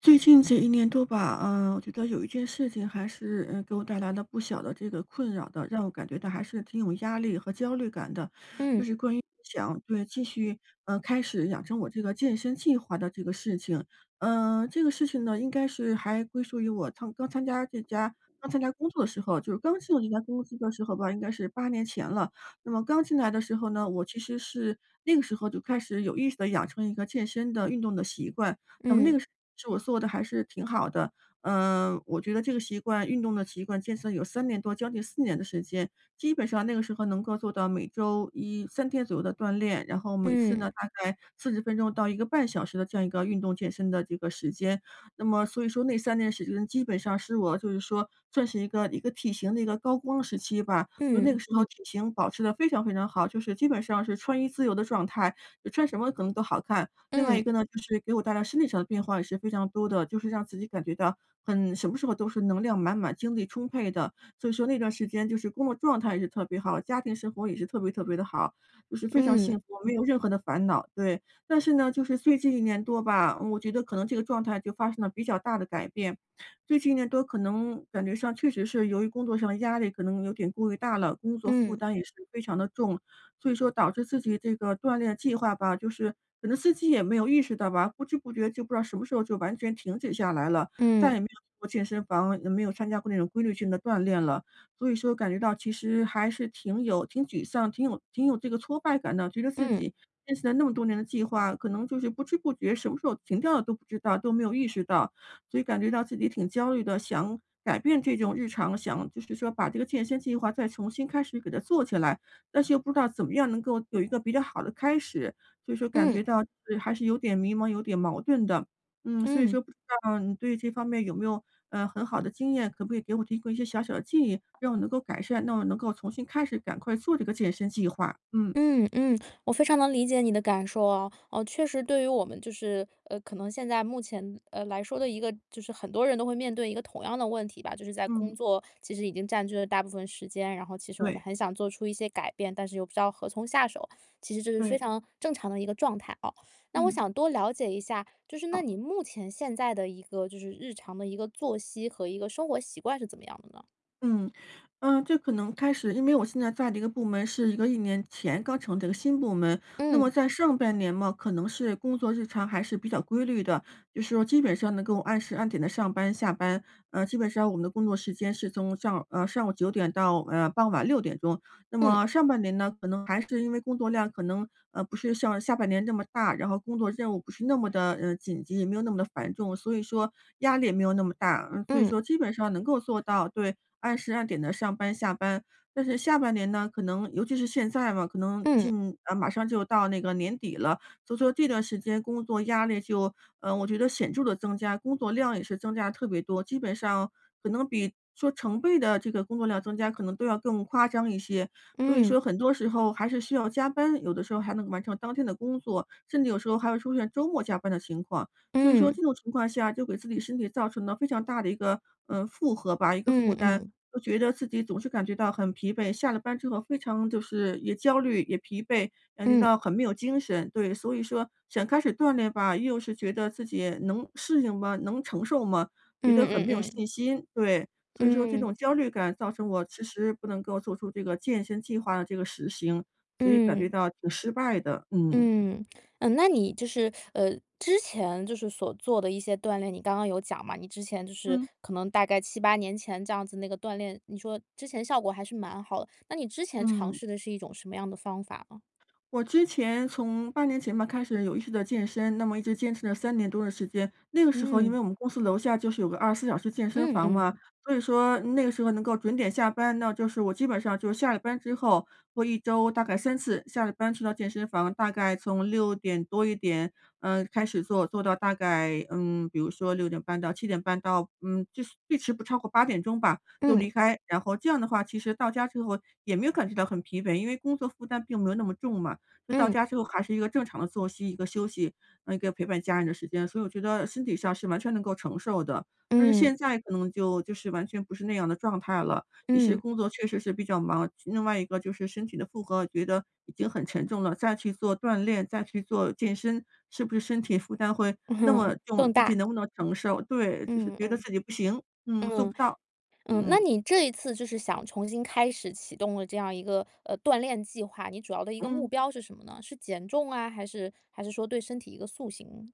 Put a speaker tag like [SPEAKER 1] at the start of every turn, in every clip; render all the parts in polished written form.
[SPEAKER 1] 最近这一年多吧，我觉得有一件事情还是，给我带来了不小的这个困扰的，让我感觉到还是挺有压力和焦虑感的，
[SPEAKER 2] 嗯
[SPEAKER 1] 就是关于想对继续，开始养成我这个健身计划的这个事情。这个事情呢，应该是还归属于我参刚参加这家刚参加工作的时候，就是刚进入这家公司的时候吧，应该是八年前了。那么刚进来的时候呢，我其实是那个时候就开始有意识的养成一个健身的运动的习惯，那么那
[SPEAKER 2] 嗯
[SPEAKER 1] 个是我做的还是挺好的。我觉得这个习惯运动的习惯坚持了有三年多，将近4年的时间。基本上那个时候能够做到每周一三天左右的锻炼，然后每次
[SPEAKER 2] 嗯
[SPEAKER 1] 呢，大概40分钟到1个半小时的这样一个运动健身的这个时间。那么所以说那3年时间基本上是我就是说算是一个体型的一个高光时期吧，就那
[SPEAKER 2] 嗯
[SPEAKER 1] 个时候体型保持的非常非常好，就是基本上是穿衣自由的状态，就穿什么可能都好看。另外一
[SPEAKER 2] 嗯
[SPEAKER 1] 个呢，就是给我带来身体上的变化也是非常多的，就是让自己感觉到很什么时候都是能量满满、精力充沛的。所以说那段时间就是工作状态也是特别好，家庭生活也是特别特别的好，就是非常
[SPEAKER 2] 嗯
[SPEAKER 1] 幸福，没有任何的烦恼，对。但是呢，就是最近一年多吧，我觉得可能这个状态就发生了比较大的改变。最近一年多可能感觉上确实是由于工作上压力可能有点过于大了，工作负
[SPEAKER 2] 嗯
[SPEAKER 1] 担也是非常的重，所以说导致自己这个锻炼计划吧，就是可能自己也没有意识到吧，不知不觉就不知道什么时候就完全停止下来了，再
[SPEAKER 2] 嗯
[SPEAKER 1] 也没有去过健身房，也没有参加过那种规律性的锻炼了。所以说感觉到其实还是挺沮丧，挺有这个挫败感的，觉得自
[SPEAKER 2] 嗯
[SPEAKER 1] 己坚持了那么多年的计划，可能就是不知不觉什么时候停掉了都不知道，都没有意识到，所以感觉到自己挺焦虑的，想改变这种日常，想就是说把这个健身计划再重新开始给它做起来。但是又不知道怎么样能够有一个比较好的开始，所以说感觉
[SPEAKER 2] 嗯
[SPEAKER 1] 到就是还是有点迷茫、有点矛盾的。所以
[SPEAKER 2] 嗯。
[SPEAKER 1] 说不知道你对这方面有没有，很好的经验，可不可以给我提供一些小小的建议，让我能够改善，让我能够重新开始，赶快做这个健身计划。嗯，
[SPEAKER 2] 嗯嗯，我非常能理解你的感受啊，哦，确实对于我们就是，可能现在目前，来说的一个就是很多人都会面对一个同样的问题吧，就是在
[SPEAKER 1] 嗯，
[SPEAKER 2] 工作其实已经占据了大部分时间，然后其实我们
[SPEAKER 1] 对，
[SPEAKER 2] 很想做出一些改变，但是又不知道何从下手，其实这是非
[SPEAKER 1] 对，
[SPEAKER 2] 常正常的一个状态哦。那我
[SPEAKER 1] 嗯，
[SPEAKER 2] 想多了解一下，就是那
[SPEAKER 1] 好。
[SPEAKER 2] 你目前现在的一个就是日常的一个作息和一个生活习惯是怎么样的呢？
[SPEAKER 1] 嗯，嗯，这可能开始因为我现在在的一个部门是一个1年前刚成立的一个新部门，那么
[SPEAKER 2] 嗯
[SPEAKER 1] 在上半年嘛，可能是工作日常还是比较规律的，就是说基本上能够按时按点的上班下班。基本上我们的工作时间是从上午9点到，傍晚6点钟。那
[SPEAKER 2] 嗯
[SPEAKER 1] 么上半年呢，可能还是因为工作量可能，不是像下半年这么大，然后工作任务不是那么的紧急，也没有那么的繁重，所以说压力也没有那么大。嗯，所以
[SPEAKER 2] 嗯
[SPEAKER 1] 说基本上能够做到对，按时按点的上班下班。但是下半年呢，可能尤其是现在嘛，可能
[SPEAKER 2] 嗯
[SPEAKER 1] 近啊，马上就到那个年底了，所以说这段时间工作压力就我觉得显著的增加，工作量也是增加特别多，基本上可能比说成倍的这个工作量增加，可能都要更夸张一些。所以
[SPEAKER 2] 嗯
[SPEAKER 1] 说很多时候还是需要加班，有的时候还能完成当天的工作，甚至有时候还会出现周末加班的情况。所以说
[SPEAKER 2] 嗯
[SPEAKER 1] 这种情况下就给自己身体造成了非常大的一个，负荷吧，一个
[SPEAKER 2] 嗯嗯
[SPEAKER 1] 负担，
[SPEAKER 2] 嗯。
[SPEAKER 1] 就觉得自己总是感觉到很疲惫，下了班之后非常就是也焦虑也疲惫，感觉
[SPEAKER 2] 嗯
[SPEAKER 1] 到很没有精神。对，所以说想开始锻炼吧，又是觉得自己能适应吗？能承受吗？觉
[SPEAKER 2] 嗯
[SPEAKER 1] 得很
[SPEAKER 2] 嗯
[SPEAKER 1] 没有
[SPEAKER 2] 嗯
[SPEAKER 1] 信心，对。所以说这
[SPEAKER 2] 嗯
[SPEAKER 1] 种焦虑感造成我迟迟不能够做出这个健身计划的这个实行，所以感觉
[SPEAKER 2] 嗯
[SPEAKER 1] 到挺失败的，嗯。
[SPEAKER 2] 嗯嗯。那你就是之前就是所做的一些锻炼，你刚刚有讲嘛？你之前就是
[SPEAKER 1] 嗯。
[SPEAKER 2] 可能大概七八年前这样子那个锻炼，你说之前效果还是蛮好的。那你之前尝
[SPEAKER 1] 嗯。
[SPEAKER 2] 试的是一种什么样的方法呢？
[SPEAKER 1] 我之前从八年前吧开始有意识的健身，那么一直坚持了3年多的时间。那个时候因
[SPEAKER 2] 嗯
[SPEAKER 1] 为我们公司楼下就是有个24小时健身
[SPEAKER 2] 嗯
[SPEAKER 1] 房嘛，
[SPEAKER 2] 嗯
[SPEAKER 1] 所以说那个时候能够准点下班，那就是我基本上就是下了班之后，会一周大概3次，下了班去到健身房，大概从六点多一点，开始做，做到大概，比如说6点半到7点半到，就是最迟不超过8点钟吧，就
[SPEAKER 2] 嗯
[SPEAKER 1] 离开。然后这样的话，其实到家之后也没有感觉到很疲惫，因为工作负担并没有那么重嘛。就到
[SPEAKER 2] 嗯嗯
[SPEAKER 1] 家之后还是一个正常的作息，一个休息，一个陪伴家人的时间，所以我觉得身体上是完全能够承受的。但是
[SPEAKER 2] 嗯
[SPEAKER 1] 现在可能就是完全不是那样的状态了，一是
[SPEAKER 2] 嗯。
[SPEAKER 1] 工作确实是比较忙，另外一个就是身体的负荷觉得已经很沉重了，再去做锻炼，再去做健身，是不是身体负担会那么
[SPEAKER 2] 嗯
[SPEAKER 1] 重，
[SPEAKER 2] 更
[SPEAKER 1] 自
[SPEAKER 2] 大。
[SPEAKER 1] 己能不能承受？对，就是
[SPEAKER 2] 嗯
[SPEAKER 1] 觉得
[SPEAKER 2] 嗯
[SPEAKER 1] 自己不行，嗯，做
[SPEAKER 2] 嗯。
[SPEAKER 1] 不到，
[SPEAKER 2] 嗯，那
[SPEAKER 1] 嗯
[SPEAKER 2] 你这一次就是想重新开始启动了这样一个，锻炼计划，你主要的一个目
[SPEAKER 1] 嗯。
[SPEAKER 2] 标是什么呢？是减重啊，还是说对身体一个塑形？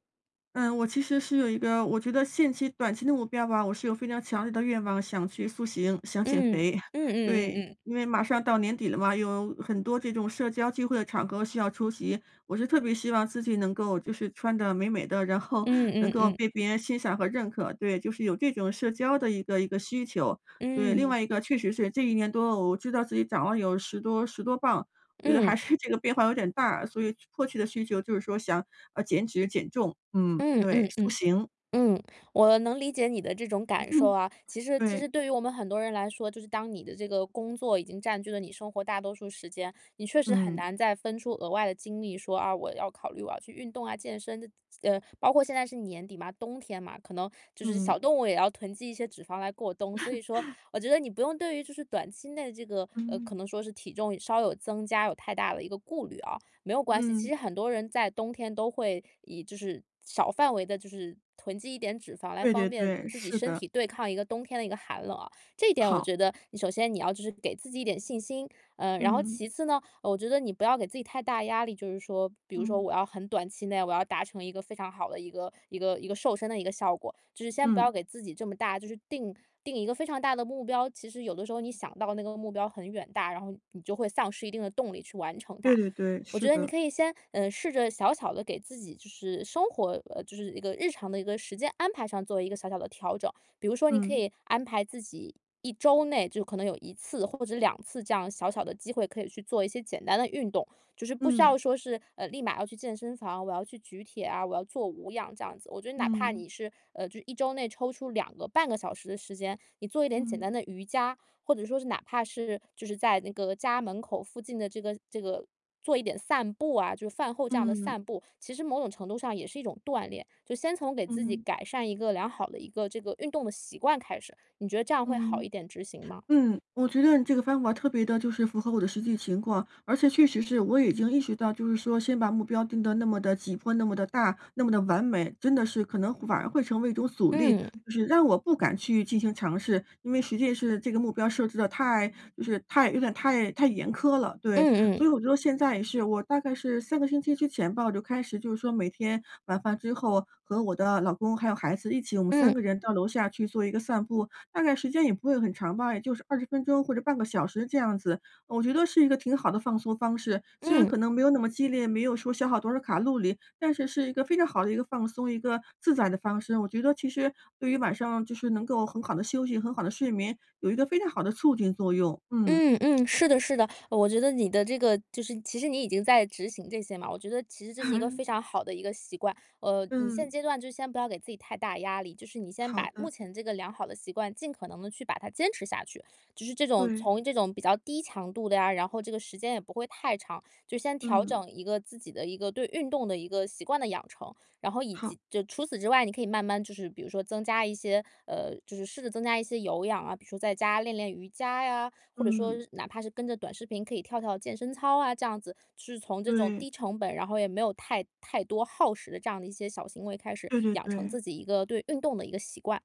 [SPEAKER 1] 嗯，我其实是有一个，我觉得限期短期的目标吧，我是有非常强烈的愿望，想去塑形，想减
[SPEAKER 2] 嗯，
[SPEAKER 1] 肥。
[SPEAKER 2] 嗯嗯 嗯
[SPEAKER 1] 对，
[SPEAKER 2] 嗯，
[SPEAKER 1] 因为马上到年底了嘛，有很多这种社交聚会的场合需要出席，我是特别希望自己能够就是穿的美美的，然后
[SPEAKER 2] 嗯
[SPEAKER 1] 能
[SPEAKER 2] 嗯
[SPEAKER 1] 够
[SPEAKER 2] 嗯，
[SPEAKER 1] 被别人欣赏和认可。对，就是有这种社交的一个需求。对，另
[SPEAKER 2] 嗯，
[SPEAKER 1] 外一个确实是这一年多，我知道自己长了有十多磅，觉得
[SPEAKER 2] 嗯，
[SPEAKER 1] 还是这个变化有点大啊，所以迫切的需求就是说想，减脂减重，嗯，
[SPEAKER 2] 嗯
[SPEAKER 1] 对，
[SPEAKER 2] 嗯
[SPEAKER 1] 塑
[SPEAKER 2] 嗯。
[SPEAKER 1] 形，
[SPEAKER 2] 嗯，我能理解你的这种感受
[SPEAKER 1] 嗯。
[SPEAKER 2] 啊。其实,
[SPEAKER 1] 对，
[SPEAKER 2] 对于我们很多人来说，就是当你的这个工作已经占据了你生活大多数时间，你确实很
[SPEAKER 1] 嗯，
[SPEAKER 2] 难再分出额外的精力说啊，我要考虑我要去运动啊、健身的。包括现在是年底嘛，冬天嘛，可能就是
[SPEAKER 1] 嗯，
[SPEAKER 2] 小动物也要囤积一些脂肪来过冬。所以说，我觉得你不用对于就是短期内这个
[SPEAKER 1] 嗯。
[SPEAKER 2] 可能说是体重稍有增加有太大的一个顾虑啊。没有关系。其
[SPEAKER 1] 嗯，
[SPEAKER 2] 实很多人在冬天都会以就是小范围的，就是囤积一点脂肪来
[SPEAKER 1] 对
[SPEAKER 2] 方
[SPEAKER 1] 对
[SPEAKER 2] 便
[SPEAKER 1] 对，
[SPEAKER 2] 自己
[SPEAKER 1] 是
[SPEAKER 2] 身
[SPEAKER 1] 的，
[SPEAKER 2] 体对抗一个冬天的一个寒冷啊。这一点我
[SPEAKER 1] 好，
[SPEAKER 2] 觉得你首先你要就是给自己一点信心，嗯，然后
[SPEAKER 1] 嗯，
[SPEAKER 2] 其次呢，我觉得你不要给自己太大压力，就是说，比如说
[SPEAKER 1] 嗯，
[SPEAKER 2] 我要很短期内我要达成一个非常好的一个瘦身的一个效果，就是先不要
[SPEAKER 1] 嗯，
[SPEAKER 2] 给自己这么大，就是定一个非常大的目标。其实有的时候你想到那个目标很远大，然后你就会丧失一定的动力去完成
[SPEAKER 1] 对
[SPEAKER 2] 它。
[SPEAKER 1] 对对，
[SPEAKER 2] 我觉
[SPEAKER 1] 是
[SPEAKER 2] 得你
[SPEAKER 1] 的，
[SPEAKER 2] 可以先，试着小小的给自己就是生活就是一个日常的一个时间安排上做一个小小的调整。比如说你可
[SPEAKER 1] 嗯，
[SPEAKER 2] 以安排自己一周内就可能有一次或者两次这样小小的机会，可以去做一些简单的运动，就是不需要
[SPEAKER 1] 嗯，
[SPEAKER 2] 说是，立马要去健身房，我要去举铁啊，我要做无氧这样子。我觉得哪怕
[SPEAKER 1] 嗯，
[SPEAKER 2] 你是，就一周内抽出两个半个小时的时间，你做一点简
[SPEAKER 1] 嗯，
[SPEAKER 2] 单的瑜伽，或者说是哪怕是就是在那个家门口附近的这个做一点散步啊，就是饭后这样的
[SPEAKER 1] 嗯，
[SPEAKER 2] 散步，其实某种程度上也是一种锻炼。就先从给自己
[SPEAKER 1] 嗯，
[SPEAKER 2] 改善一个良好的一个这个运动的习惯开始，你觉得这样会好
[SPEAKER 1] 嗯。
[SPEAKER 2] 一点执行吗？
[SPEAKER 1] 我觉得你这个方法特别的，就是符合我的实际情况，而且确实是我已经意识到，就是说先把目标定得那么的急迫、那么的大、那么的完美，真的是可能反而会成为一种阻力，
[SPEAKER 2] 嗯
[SPEAKER 1] 就是让我不敢去进行尝试。因为实际是这个目标设置的太就是太有点太太严苛了，对。
[SPEAKER 2] 嗯嗯
[SPEAKER 1] 所以我觉得现在也是，我大概是3个星期之前吧，我就开始就是说每天晚饭之后和我的老公还有孩子一起，我们三
[SPEAKER 2] 嗯
[SPEAKER 1] 个人到楼下去做一个散步。大概时间也不会很长吧，也就是20分钟或者半个小时这样子。我觉得是一个挺好的放松方式，虽然
[SPEAKER 2] 嗯。
[SPEAKER 1] 可能没有那么激烈，没有说消耗多少卡路里，但是是一个非常好的一个放松、一个自在的方式。我觉得其实对于晚上就是能够很好的休息、很好的睡眠，有一个非常好的促进作用。嗯。
[SPEAKER 2] 嗯嗯，是的，是的，我觉得你的这个就是其实你已经在执行这些嘛，我觉得其实这是一个非 常好的一个习惯。呃，你现
[SPEAKER 1] 嗯，
[SPEAKER 2] 阶段就先不要给自己太大压力，就是你先
[SPEAKER 1] 好
[SPEAKER 2] 把目
[SPEAKER 1] 的，
[SPEAKER 2] 前这个良好的习惯尽可能的去把它坚持下去，就是这种
[SPEAKER 1] 对，
[SPEAKER 2] 从这种比较低强度的呀，然后这个时间也不会太长，就先调
[SPEAKER 1] 嗯，
[SPEAKER 2] 整一个自己的一个对运动的一个习惯的养成。然后以
[SPEAKER 1] 好，
[SPEAKER 2] 及就除此之外，你可以慢慢就是比如说增加一些，就是试着增加一些有氧啊，比如说在家练练瑜伽呀，或者说
[SPEAKER 1] 嗯，
[SPEAKER 2] 哪怕是跟着短视频可以跳跳健身操啊，这样子就是从这种
[SPEAKER 1] 对，
[SPEAKER 2] 低成本，然后也没有太多耗时的这样的一些小行为开始，
[SPEAKER 1] 对对
[SPEAKER 2] 养成
[SPEAKER 1] 对。
[SPEAKER 2] 自己一个对运动的一个习惯。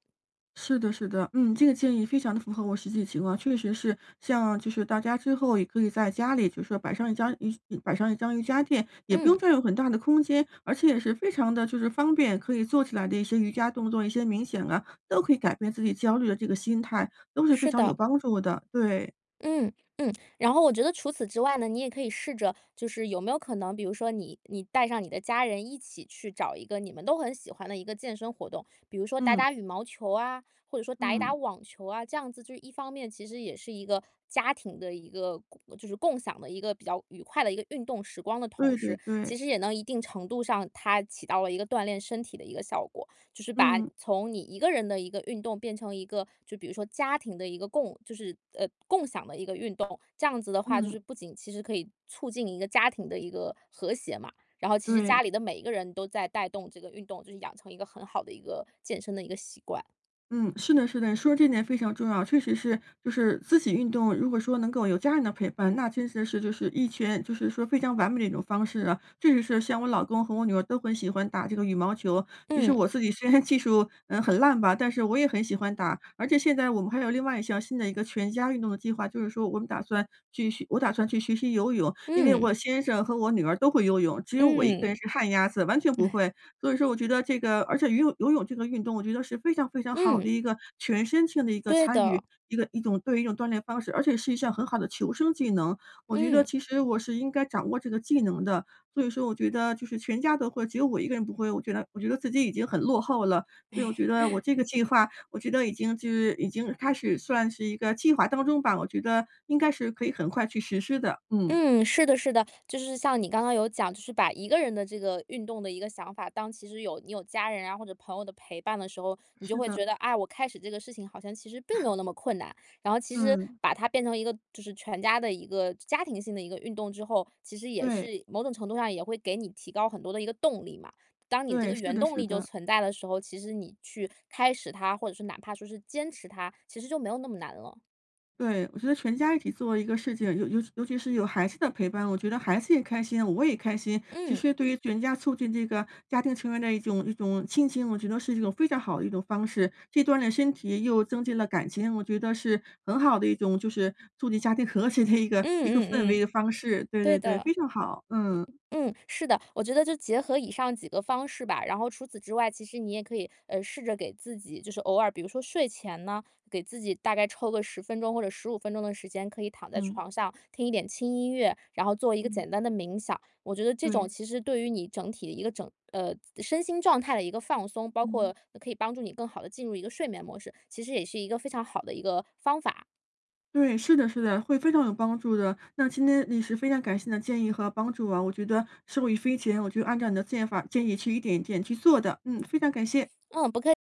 [SPEAKER 1] 是的，是的，嗯，这个建议非常的符合我实际情况，确实是像就是大家之后也可以在家里，就是说摆上一张瑜伽垫，也不
[SPEAKER 2] 嗯，
[SPEAKER 1] 用占用很大的空间，而且也是非常的就是方便，可以做起来的一些瑜伽动作、一些冥想啊，都可以改变自己焦虑的这个心态，都是非
[SPEAKER 2] 是
[SPEAKER 1] 常
[SPEAKER 2] 的。
[SPEAKER 1] 有帮助的。对，
[SPEAKER 2] 嗯嗯，然后我觉得除此之外呢，你也可以试着，就是有没有可能，比如说你带上你的家人一起去找一个你们都很喜欢的一个健身活动，比如说打
[SPEAKER 1] 嗯
[SPEAKER 2] 打羽毛球啊，或者说打一打
[SPEAKER 1] 嗯，
[SPEAKER 2] 网球啊，这样子就是一方面其实也是一个家庭的一个共就是共享的一个比较愉快的一个运动时光的同
[SPEAKER 1] 对对
[SPEAKER 2] 时，
[SPEAKER 1] 对，
[SPEAKER 2] 其实也能一定程度上它起到了一个锻炼身体的一个效果。就是把
[SPEAKER 1] 嗯
[SPEAKER 2] 从你一个人的一个运动变成一个，就比如说家庭的一个共，就是呃共享的一个运动，这样子的话，就
[SPEAKER 1] 嗯，
[SPEAKER 2] 是不仅其实可以促进一个家庭的一个和谐嘛，然后其实家
[SPEAKER 1] 对。
[SPEAKER 2] 里的每一个人都在带动这个运动，就是养成一个很好的一个健身的一个习惯。
[SPEAKER 1] 嗯，是的，是的，你说的这点非常重要，确实是，就是自己运动，如果说能够有家人的陪伴，那真的是就是一圈，就是说非常完美的一种方式啊。确实是，像我老公和我女儿都很喜欢打这个羽毛球，其实
[SPEAKER 2] 嗯
[SPEAKER 1] 我自己虽然 技术很烂吧，但是我也很喜欢打。而且现在我们还有另外一项新的一个全家运动的计划，就是说我们打算去学，我打算去学习游泳，因为我
[SPEAKER 2] 嗯
[SPEAKER 1] 先生和我女儿都会游泳，只有我一个人
[SPEAKER 2] 嗯
[SPEAKER 1] 是旱鸭子，完全不会。所以说我觉得这个而且游泳这个运动，我觉得是非常非常好
[SPEAKER 2] 嗯，
[SPEAKER 1] 的一个全身性的一个
[SPEAKER 2] 对
[SPEAKER 1] 参
[SPEAKER 2] 的，
[SPEAKER 1] 与，一个一种对于一种锻炼方式，而且是一项很好的求生技能。我觉得
[SPEAKER 2] 嗯。
[SPEAKER 1] 其实我是应该掌握这个技能的，所以说我觉得就是全家都会，只有我一个人不会，我觉得自己已经很落后了。所以我觉得我这个计划，我觉得已经就是已经开始算是一个计划当中吧，我觉得应该是可以很快去实施的。嗯，
[SPEAKER 2] 嗯，是的，是的，就是像你刚刚有讲，就是把一个人的这个运动的一个想法，当其实有你有家人啊或者朋友的陪伴的时候，你就
[SPEAKER 1] 是
[SPEAKER 2] 会
[SPEAKER 1] 的，
[SPEAKER 2] 觉得，哎，我开始这个事情好像其实并没有那么困难。然后其实
[SPEAKER 1] 嗯，
[SPEAKER 2] 把它变成一个就是全家的一个家庭性的一个运动之后，其实也
[SPEAKER 1] 对，
[SPEAKER 2] 是某种程度上也会给你提高很多的一个动力嘛。当你这个
[SPEAKER 1] 对，是
[SPEAKER 2] 原
[SPEAKER 1] 的
[SPEAKER 2] 动
[SPEAKER 1] 是
[SPEAKER 2] 力就
[SPEAKER 1] 的。
[SPEAKER 2] 存在的时候，其实你去开始它，或者是哪怕说是坚持它，其实就没有那么难了。
[SPEAKER 1] 对，我觉得全家一起做一个事情，尤其是有孩子的陪伴，我觉得孩子也开心，我也开心。其实
[SPEAKER 2] 嗯
[SPEAKER 1] 对于全家促进这个家庭成员的一种亲情，我觉得是一种非常好的一种方式，既锻炼身体，又增进了感情，我觉得是很好的一种，就是促进家庭和谐的一个
[SPEAKER 2] 嗯
[SPEAKER 1] 一个
[SPEAKER 2] 嗯
[SPEAKER 1] 氛围的
[SPEAKER 2] 嗯，
[SPEAKER 1] 方式。对
[SPEAKER 2] 对
[SPEAKER 1] 对对，
[SPEAKER 2] 的。
[SPEAKER 1] 非常好。嗯
[SPEAKER 2] 嗯，是的，我觉得就结合以上几个方式吧，然后除此之外，其实你也可以，试着给自己，就是偶尔，比如说睡前呢，给自己大概抽个10分钟或者15分钟的时间，可以躺在
[SPEAKER 1] 嗯
[SPEAKER 2] 床上听一点轻音乐，然后做一个简
[SPEAKER 1] 嗯，
[SPEAKER 2] 单的冥想。我觉得这种
[SPEAKER 1] 对，
[SPEAKER 2] 其实对于你整体的一个身心状态的一个放松，包括
[SPEAKER 1] 嗯。
[SPEAKER 2] 可以帮助你更好的进入一个睡眠模式，其实也是一个非常好的一个方法。
[SPEAKER 1] 对，是的，是的，会非常有帮助的。那今天你是非常感谢你的建议和帮助啊，我觉得受益匪浅，我就按照你的建议去一点一点去做的。嗯，非常感谢。
[SPEAKER 2] 嗯，不客